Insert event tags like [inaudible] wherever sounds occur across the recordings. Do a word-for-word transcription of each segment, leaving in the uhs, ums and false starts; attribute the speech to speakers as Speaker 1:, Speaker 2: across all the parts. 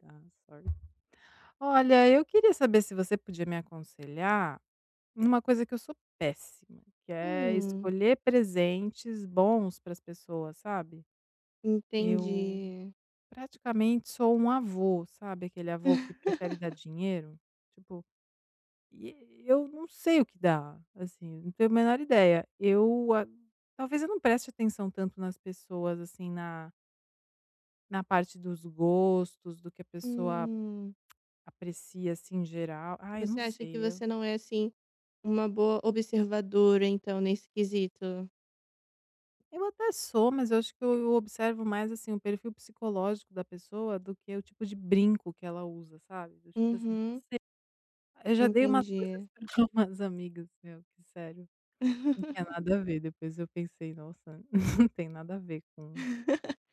Speaker 1: Dá sorte. Olha, eu queria saber se você podia me aconselhar numa coisa que eu sou péssima, que é
Speaker 2: Hum,
Speaker 1: escolher presentes bons para as pessoas, sabe. Eu
Speaker 2: entendi.
Speaker 1: praticamente sou um avô, sabe aquele avô que prefere dar
Speaker 2: [laughs]
Speaker 1: dinheiro? Tipo, e eu não sei o que dá, assim, não tenho a menor ideia. Eu a Talvez eu não preste atenção tanto nas pessoas, assim, na na parte dos gostos, do que a pessoa
Speaker 2: Hum,
Speaker 1: aprecia, assim, em geral. Ah, eu não
Speaker 2: você acha que
Speaker 1: sei.
Speaker 2: você não é, assim, uma boa observadora, então, nesse quesito?
Speaker 1: Eu até sou, mas eu acho que eu eu observo mais, assim, o perfil psicológico da pessoa do que o tipo de brinco que ela usa, sabe, do tipo assim,
Speaker 2: Uhum,
Speaker 1: eu já dei umas coisas
Speaker 2: entendi.
Speaker 1: para [laughs] umas amigas, meu, que sério, não tinha
Speaker 2: [laughs]
Speaker 1: nada a ver, depois eu pensei: "Nossa, [laughs] não tem nada a ver com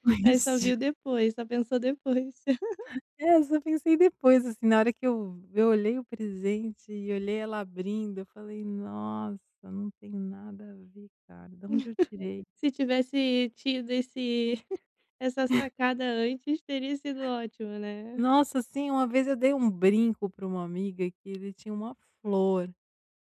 Speaker 1: com
Speaker 2: Aí só
Speaker 1: isso".
Speaker 2: viu depois, só pensou depois. [laughs]
Speaker 1: É, eu só pensei depois, assim, na hora que eu eu olhei o presente e olhei ela abrindo, eu falei: "Nossa, não tem nada a ver, cara, de onde eu tirei?".
Speaker 2: Se tivesse tido esse [laughs] essa sacada antes, teria sido ótimo, né.
Speaker 1: Nossa, sim, uma vez eu dei um brinco para uma amiga que ele tinha uma flor,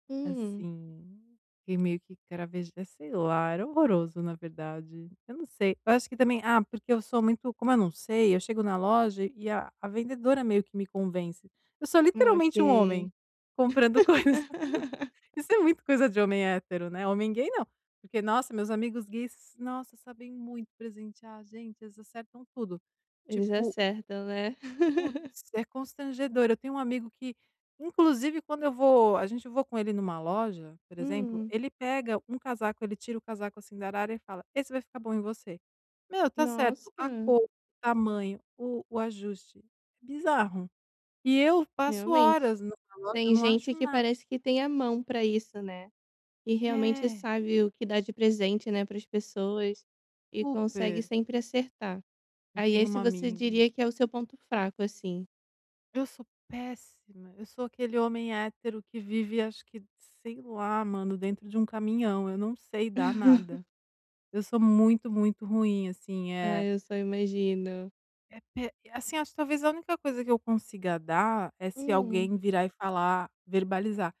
Speaker 2: Hum,
Speaker 1: assim, que meio que craveja, sei lá, era horroroso na verdade. Eu não sei, eu acho que também, ah, porque eu sou muito, como eu não sei, eu chego na loja e a a vendedora meio que me convence. Eu sou
Speaker 2: ok.
Speaker 1: literalmente um homem, comprando coisas. [laughs]
Speaker 2: [laughs]
Speaker 1: Isso é muito coisa de homem hétero, né, homem gay não, porque, nossa, meus amigos gays, nossa, sabem muito presentear, gente, eles acertam tudo.
Speaker 2: Eles
Speaker 1: Tipo,
Speaker 2: acertam, né. [laughs]
Speaker 1: putz, é constrangedor. Eu tenho um amigo que, inclusive, quando eu vou a gente vou com ele numa loja, por exemplo,
Speaker 2: Hum,
Speaker 1: ele pega um casaco, ele tira o casaco, assim, da arara e fala: "Esse vai ficar bom em você". Meu, tá certo,
Speaker 2: nossa.
Speaker 1: a cor, o tamanho, o o ajuste, é bizarro. E eu passo
Speaker 2: Realmente.
Speaker 1: horas numa loja, eu
Speaker 2: Tem
Speaker 1: não
Speaker 2: gente
Speaker 1: acho
Speaker 2: que
Speaker 1: nada.
Speaker 2: parece que tem a mão pra isso, né, e realmente
Speaker 1: É,
Speaker 2: sabe o que dá de presente, né, para as pessoas e consegue
Speaker 1: super.
Speaker 2: sempre acertar. Aí
Speaker 1: Tem
Speaker 2: esse
Speaker 1: uma
Speaker 2: você
Speaker 1: amiga,
Speaker 2: diria que é o seu ponto fraco, assim?
Speaker 1: eu sou péssima, eu sou aquele homem hétero que vive, acho que, sei lá, mano, dentro de um caminhão, eu não sei dar
Speaker 2: [laughs]
Speaker 1: nada. Eu sou muito, muito ruim, assim,
Speaker 2: Ah,
Speaker 1: é.
Speaker 2: eu só imagino.
Speaker 1: Eh pe Assim, acho que talvez a única coisa que eu consiga dar é se
Speaker 2: Hum.
Speaker 1: alguém virar e falar, verbalizar: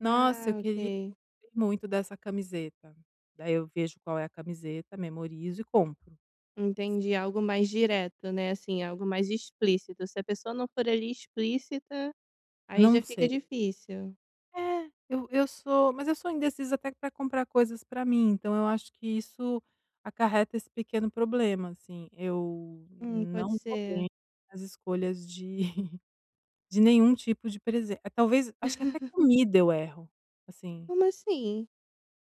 Speaker 1: "Nossa, eu
Speaker 2: Ah,
Speaker 1: queria
Speaker 2: ok.
Speaker 1: eu gostei muito dessa camiseta". Daí eu vejo qual é a camiseta, memorizo e compro.
Speaker 2: Entendi, algo mais direto, né, assim, algo mais explícito. Se a pessoa não for ali explícita, aí já
Speaker 1: Não
Speaker 2: fica
Speaker 1: sei.
Speaker 2: difícil.
Speaker 1: É, eu eu sou mas eu sou indecisa até para comprar coisas para mim, então eu acho que isso acarreta esse pequeno problema, assim, eu
Speaker 2: Hum, pode
Speaker 1: não sou
Speaker 2: ser.
Speaker 1: bem nas escolhas de De nenhum tipo de presente. Talvez, acho que até comida eu erro, assim.
Speaker 2: Como assim?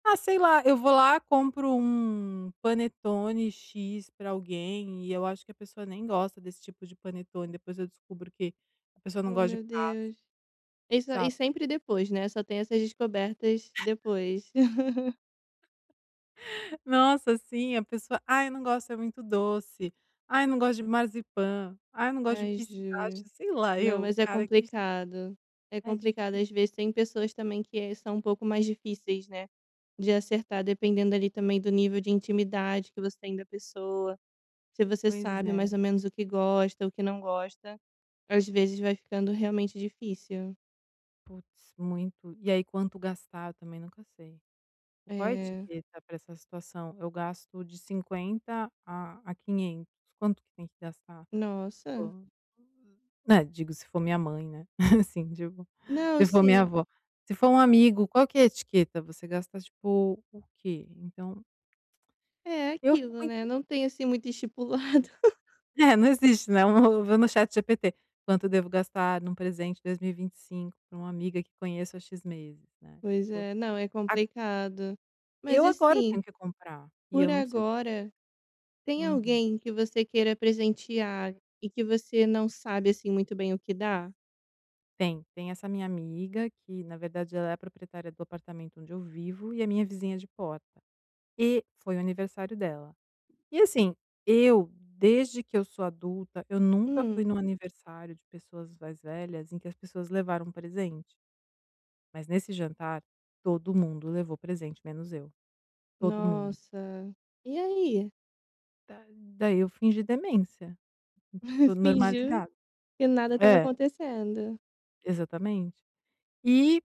Speaker 1: Ah, sei lá, eu vou lá, compro um panetone X pra alguém e eu acho que a pessoa nem gosta desse tipo de panetone, depois eu descubro que a pessoa não
Speaker 2: Oh,
Speaker 1: gosta de
Speaker 2: meu
Speaker 1: pasta,
Speaker 2: Deus. Isso e
Speaker 1: sabe.
Speaker 2: sempre depois, né, só tem essas descobertas depois. [laughs]
Speaker 1: [laughs] Nossa, assim, a pessoa: "Ai, não gosto, é muito doce. Ai, não gosto de marzipan. Ai, não gosto de
Speaker 2: Ai, juro.
Speaker 1: pistache", sei lá
Speaker 2: Não,
Speaker 1: eu,
Speaker 2: mas é
Speaker 1: cara, que
Speaker 2: complicado. É
Speaker 1: é
Speaker 2: complicado,
Speaker 1: difícil.
Speaker 2: às vezes tem pessoas também que eh, são um pouco mais difíceis, né, de acertar, dependendo ali também do nível de intimidade que você tem da pessoa, se você
Speaker 1: Pois
Speaker 2: sabe
Speaker 1: é.
Speaker 2: mais ou menos o que gosta, o que não gosta, às vezes vai ficando realmente difícil.
Speaker 1: Putz, muito. E aí quanto gastar, eu também nunca sei. O qual a
Speaker 2: É,
Speaker 1: etiqueta para essa situação? Eu gasto de cinquenta a a quinhentos, quanto que tem que gastar?
Speaker 2: nossa.
Speaker 1: Ou, né, digo, se for minha mãe, né, [laughs] assim, tipo,
Speaker 2: Não,
Speaker 1: se for minha
Speaker 2: sim.
Speaker 1: avó. Se for um amigo, qual que é a etiqueta? Você gasta, tipo, o quê? Então,
Speaker 2: É
Speaker 1: eu fico
Speaker 2: aquilo, né,
Speaker 1: muito
Speaker 2: não tem assim muito [laughs] estipulado.
Speaker 1: [laughs] é, não existe, né, eu vou no ChatGPT, quanto eu devo gastar num presente dois mil e e vinte e cinco para uma amiga que conheço há X meses, né,
Speaker 2: Pois
Speaker 1: tipo,
Speaker 2: é, não, é
Speaker 1: a
Speaker 2: complicado. Mas
Speaker 1: eu agora
Speaker 2: assim,
Speaker 1: tenho que comprar, e
Speaker 2: por
Speaker 1: eu não sei o
Speaker 2: agora, tem
Speaker 1: uhum.
Speaker 2: alguém que você queira presentear e que você não sabe assim muito bem o que dá.
Speaker 1: Tem, tem essa minha amiga que, na verdade, ela é a proprietária do apartamento onde eu vivo e é minha vizinha de porta. E foi o aniversário dela. E assim, eu, desde que eu sou adulta, eu nunca fui
Speaker 2: Hum,
Speaker 1: num aniversário de pessoas mais velhas em que as pessoas levaram presente. Mas nesse jantar, todo mundo levou presente, menos eu. Todo mundo.
Speaker 2: nossa. E aí?
Speaker 1: Da- Daí eu fingi demência.
Speaker 2: [laughs]
Speaker 1: Tudo
Speaker 2: Fingiu
Speaker 1: normalidade.
Speaker 2: que nada estava
Speaker 1: É,
Speaker 2: acontecendo.
Speaker 1: exatamente. E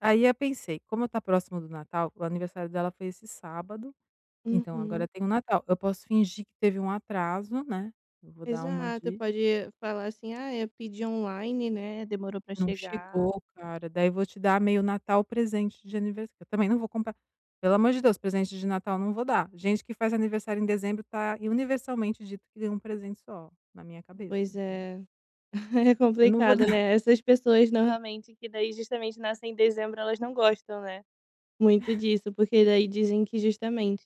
Speaker 1: aí eu pensei, como tá próximo do Natal, o aniversário dela foi esse sábado. Então,
Speaker 2: Uhum.
Speaker 1: agora tem o Natal. Eu posso fingir que teve um atraso, né, eu vou dar uma
Speaker 2: Exato,
Speaker 1: de:
Speaker 2: pode falar assim, ah, eu pedi online, né? Demorou para
Speaker 1: "Não
Speaker 2: chegar.
Speaker 1: chegou, cara", daí vou te dar meio Natal presente de aniversário. Eu também não vou comprar, pelo amor de Deus, presente de Natal não vou dar. Gente que faz aniversário em dezembro tá universalmente dito que ganha um presente só, na minha cabeça,
Speaker 2: Pois
Speaker 1: enfim.
Speaker 2: é, [laughs] é
Speaker 1: Eu não vou
Speaker 2: complicado,
Speaker 1: dar
Speaker 2: né?
Speaker 1: [laughs]
Speaker 2: Essas pessoas normalmente que daí justamente nascem em dezembro, elas não gostam, né? Muito disso, porque daí dizem que justamente,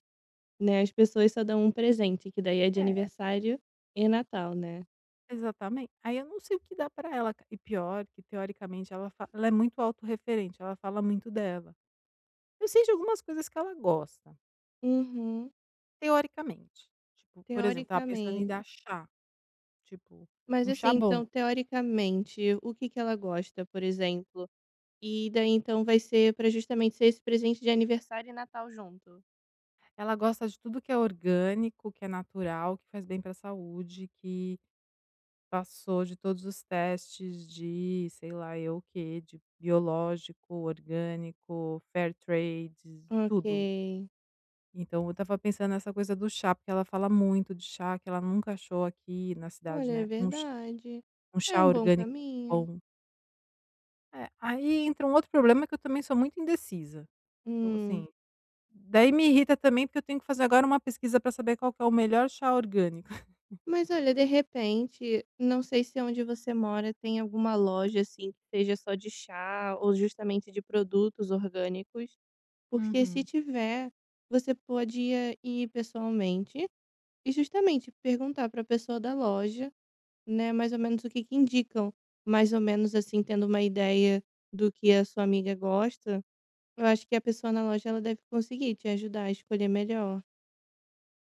Speaker 2: né, as pessoas só dão um presente, que daí é de
Speaker 1: é,
Speaker 2: aniversário e Natal, né.
Speaker 1: exatamente. Aí eu não sei o que dá pra ela, ca e pior que teoricamente ela fa ela é muito autorreferente, ela fala muito dela. Eu sei de algumas coisas que ela gosta.
Speaker 2: Uhum,
Speaker 1: Teoricamente. Tipo, por exemplo, tava pensando em
Speaker 2: teoricamente.
Speaker 1: dar chá, tipo,
Speaker 2: Mas
Speaker 1: um
Speaker 2: assim,
Speaker 1: chá bom.
Speaker 2: então teoricamente, o que que ela gosta, por exemplo? E daí então vai ser pra justamente ser esse presente de aniversário e Natal junto?
Speaker 1: Ela gosta de tudo que é orgânico, que é natural, que faz bem para a saúde, que passou de todos os testes de, sei lá eu o quê, de biológico, orgânico, fair trade,
Speaker 2: Ok.
Speaker 1: tudo. Então eu tava pensando nessa coisa do chá, porque ela fala muito de chá, que ela nunca achou aqui na cidade,
Speaker 2: Olha, é
Speaker 1: né, um ch
Speaker 2: verdade.
Speaker 1: um
Speaker 2: É
Speaker 1: chá
Speaker 2: um bom
Speaker 1: orgânico
Speaker 2: caminho.
Speaker 1: bom. É, aí entra um outro problema, que eu também sou muito indecisa. Então, assim,
Speaker 2: Hum.
Speaker 1: daí me irrita também, porque eu tenho que fazer agora uma pesquisa para saber qual que é o melhor chá orgânico. [laughs]
Speaker 2: Mas olha, de repente, não sei se onde você mora tem alguma loja assim que seja só de chá ou justamente de produtos orgânicos, porque se
Speaker 1: Uhum.
Speaker 2: tiver, você podia ir pessoalmente e justamente perguntar para a pessoa da loja, né, mais ou menos o que que indicam, mais ou menos assim, tendo uma ideia do que a sua amiga gosta. Eu acho que a pessoa na loja ela deve conseguir te ajudar a escolher melhor.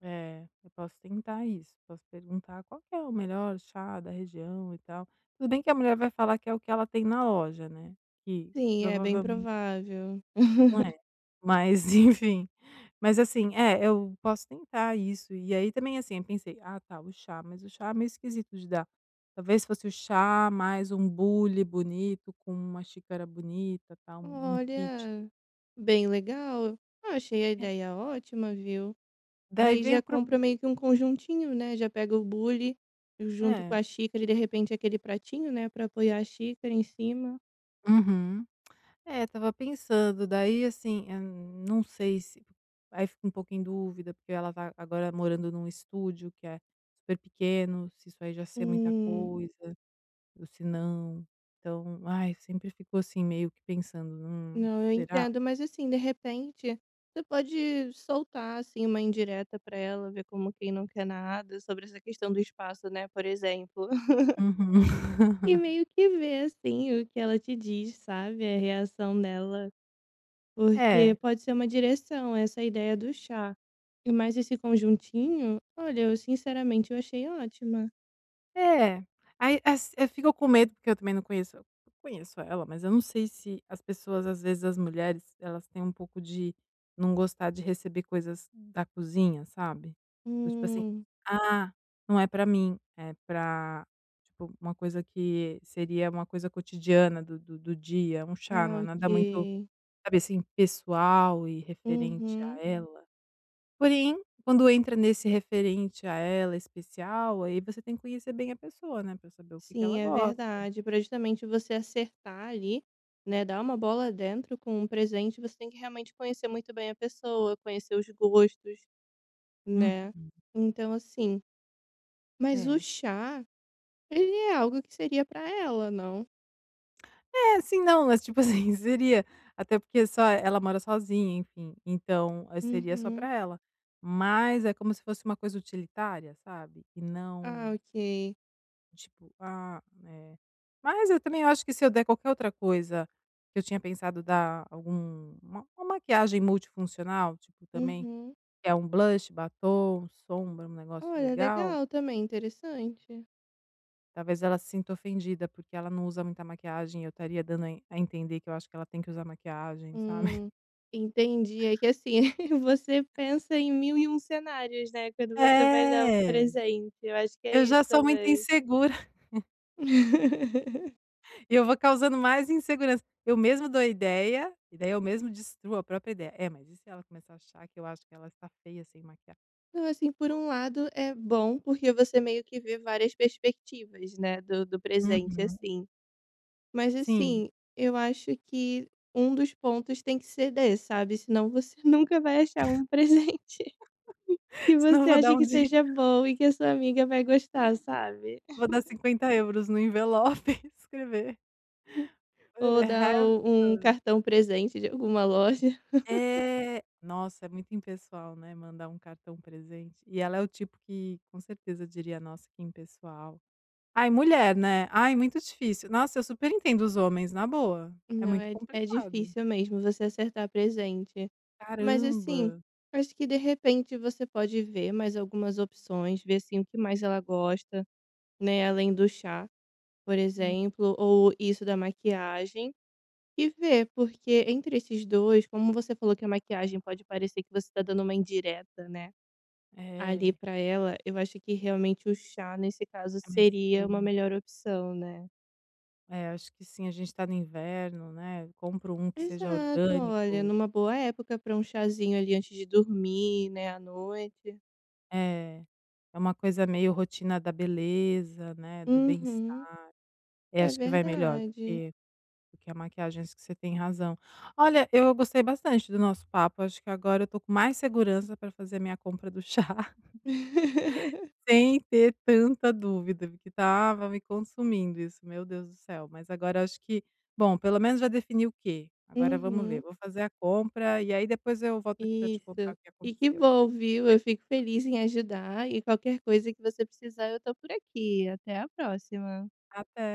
Speaker 1: É, eu posso tentar isso, posso perguntar qual que é o melhor chá da região e tal. Tudo bem que a mulher vai falar que é o que ela tem na loja, né, que
Speaker 2: Sim, é bem
Speaker 1: provavelmente
Speaker 2: provável.
Speaker 1: não é. Mas [laughs] enfim, mas assim, é, eu posso tentar isso. E aí também, assim, eu pensei: "Ah tá, o chá", mas o chá é meio esquisito de dar. Talvez fosse o chá mais um bule bonito com uma xícara bonita, tal, um um kit.
Speaker 2: Olha, bem legal. Ah, achei a
Speaker 1: É,
Speaker 2: ideia ótima, viu?
Speaker 1: daí
Speaker 2: Daí
Speaker 1: vem
Speaker 2: já
Speaker 1: o prob
Speaker 2: compra meio que um conjuntinho, né? Já pega o bule junto com
Speaker 1: é.
Speaker 2: a xícara e de repente aquele pratinho, né, pra apoiar a xícara em cima.
Speaker 1: Uhum. É, tava pensando, daí assim, eh, não sei se aí fico um pouco em dúvida, porque ela tá agora morando num estúdio que é super pequeno, se isso aí já ser muita
Speaker 2: Hum,
Speaker 1: coisa. Ou se não, então, ai, sempre ficou assim meio que pensando: "Hum,
Speaker 2: não, eu
Speaker 1: será?"
Speaker 2: entendo, mas assim, de repente, você pode soltar assim uma indireta pra ela, ver como quem não quer nada sobre essa questão do espaço, né, por exemplo. [laughs]
Speaker 1: Uhum.
Speaker 2: E
Speaker 1: [laughs]
Speaker 2: meio que ver assim o que ela te diz, sabe? A reação dela.
Speaker 1: É,
Speaker 2: Porque pode ser uma direção, essa ideia do chá. E mais esse conjuntinho, olha, eu sinceramente eu achei ótima.
Speaker 1: é. Aí ass eu fico com medo, porque eu também não conheço, eu conheço ela, mas eu não sei se as pessoas, às vezes as mulheres, elas têm um pouco de não gostar de receber coisas da cozinha, sabe? Do tipo assim:
Speaker 2: Hum,
Speaker 1: "Ah, não é pra mim, é pra" tipo, uma coisa que seria uma coisa cotidiana do do do dia, um chá,
Speaker 2: ah,
Speaker 1: não é
Speaker 2: ok.
Speaker 1: nada muito, sabe, assim, pessoal e referente a
Speaker 2: Uhum.
Speaker 1: ela. Porém, quando entra nesse referente a ela especial, aí você tem que conhecer bem a pessoa, né, pra saber o que que
Speaker 2: Sim,
Speaker 1: ela
Speaker 2: é
Speaker 1: gosta.
Speaker 2: verdade. Pra justamente você acertar ali, né? Dar uma bola dentro com um presente, você tem que realmente conhecer muito bem a pessoa, conhecer os gostos,
Speaker 1: Uhum.
Speaker 2: né? Então, assim. Mas o
Speaker 1: É.
Speaker 2: chá, ele é algo que seria para ela, não?
Speaker 1: É, assim, não, mas tipo assim, [laughs] seria, até porque só ela mora sozinha, enfim, então, aí seria só
Speaker 2: Uhum.
Speaker 1: pra ela. Mas é como se fosse uma coisa utilitária, sabe, e
Speaker 2: Ah,
Speaker 1: não
Speaker 2: ok.
Speaker 1: tipo, ah, é. Mas eu também acho que se eu der qualquer outra coisa, que eu tinha pensado dar algum uma uma maquiagem multifuncional, tipo, também,
Speaker 2: Uhum.
Speaker 1: que é um blush, batom, sombra, um negócio
Speaker 2: Olha,
Speaker 1: legal,
Speaker 2: legal também, interessante.
Speaker 1: talvez ela se sinta ofendida, porque ela não usa muita maquiagem e eu estaria dando a en a entender que eu acho que ela tem que usar maquiagem, sabe.
Speaker 2: Hum, entendi. É que assim, [laughs] você pensa em mil e um cenários, né, quando
Speaker 1: [laughs]
Speaker 2: você vai dar um
Speaker 1: É,
Speaker 2: presente. Eu acho que é
Speaker 1: eu
Speaker 2: isso
Speaker 1: já sou muito
Speaker 2: também.
Speaker 1: insegura.
Speaker 2: [laughs]
Speaker 1: E eu vou causando mais insegurança. Eu mesmo dou ideia, e daí eu mesmo destruo a própria ideia. É, mas e se ela começar a achar que eu acho que ela está feia sem maquiagem?
Speaker 2: Não, assim, por um lado é bom, porque você meio que vê várias perspectivas, né, do, do presente,
Speaker 1: Uhum.
Speaker 2: assim. Mas
Speaker 1: Sim,
Speaker 2: assim, eu acho que um dos pontos tem que ceder, sabe? Senão você [laughs] nunca vai achar um presente [laughs] que
Speaker 1: [laughs] senão eu
Speaker 2: você
Speaker 1: vou dar
Speaker 2: acha
Speaker 1: um
Speaker 2: que
Speaker 1: dia,
Speaker 2: seja bom e que a sua amiga vai gostar, sabe?
Speaker 1: vou dar cinquenta euros no envelope [laughs] e escrever eh,
Speaker 2: Ou dar
Speaker 1: "have
Speaker 2: o um
Speaker 1: fun".
Speaker 2: cartão presente de alguma loja.
Speaker 1: É, nossa, é muito impessoal, né, mandar um cartão presente. E ela é o tipo que com certeza diria: "Nossa, que impessoal". Ai, mulher, né? Ai, muito difícil. Nossa, eu super entendo os homens, na boa. É
Speaker 2: Não,
Speaker 1: muito
Speaker 2: é é
Speaker 1: complicado.
Speaker 2: difícil mesmo você acertar presente. Mas
Speaker 1: Caramba.
Speaker 2: assim, acho que de repente você pode ver mais algumas opções, ver assim o que mais ela gosta, né, além do chá, por exemplo, ou isso da maquiagem, e ver, porque entre esses dois como você falou que a maquiagem pode parecer que você tá dando uma indireta, né, ali
Speaker 1: É,
Speaker 2: pra ela, eu acho que realmente o chá nesse caso
Speaker 1: é mais
Speaker 2: seria uma
Speaker 1: seguro.
Speaker 2: melhor opção, né.
Speaker 1: É, acho que sim, a gente tá no inverno, né, compro um que seja
Speaker 2: Exato, olha,
Speaker 1: orgânico.
Speaker 2: numa boa época para um chazinho ali antes de dormir, né, à noite.
Speaker 1: É, é uma coisa meio rotina da beleza, né, do
Speaker 2: Uhum,
Speaker 1: bem-estar. É,
Speaker 2: é
Speaker 1: acho que vai melhor do
Speaker 2: verdade.
Speaker 1: que do que a maquiagem, acho que você tem razão. Olha, eu gostei bastante do nosso papo, acho que agora eu tô com mais segurança para fazer a minha compra do [laughs] chá.
Speaker 2: [laughs]
Speaker 1: Sem ter tanta dúvida, porque estava me consumindo isso, meu Deus do céu. Mas agora acho que bom, pelo menos já defini o quê. Agora vamos ver,
Speaker 2: Uhum,
Speaker 1: vou fazer a compra e aí depois eu volto aqui para te contar
Speaker 2: isso.
Speaker 1: o que
Speaker 2: E que
Speaker 1: aconteceu.
Speaker 2: bom, viu? Eu fico feliz em ajudar e qualquer coisa que você precisar eu tô por aqui. Até a próxima.
Speaker 1: Até.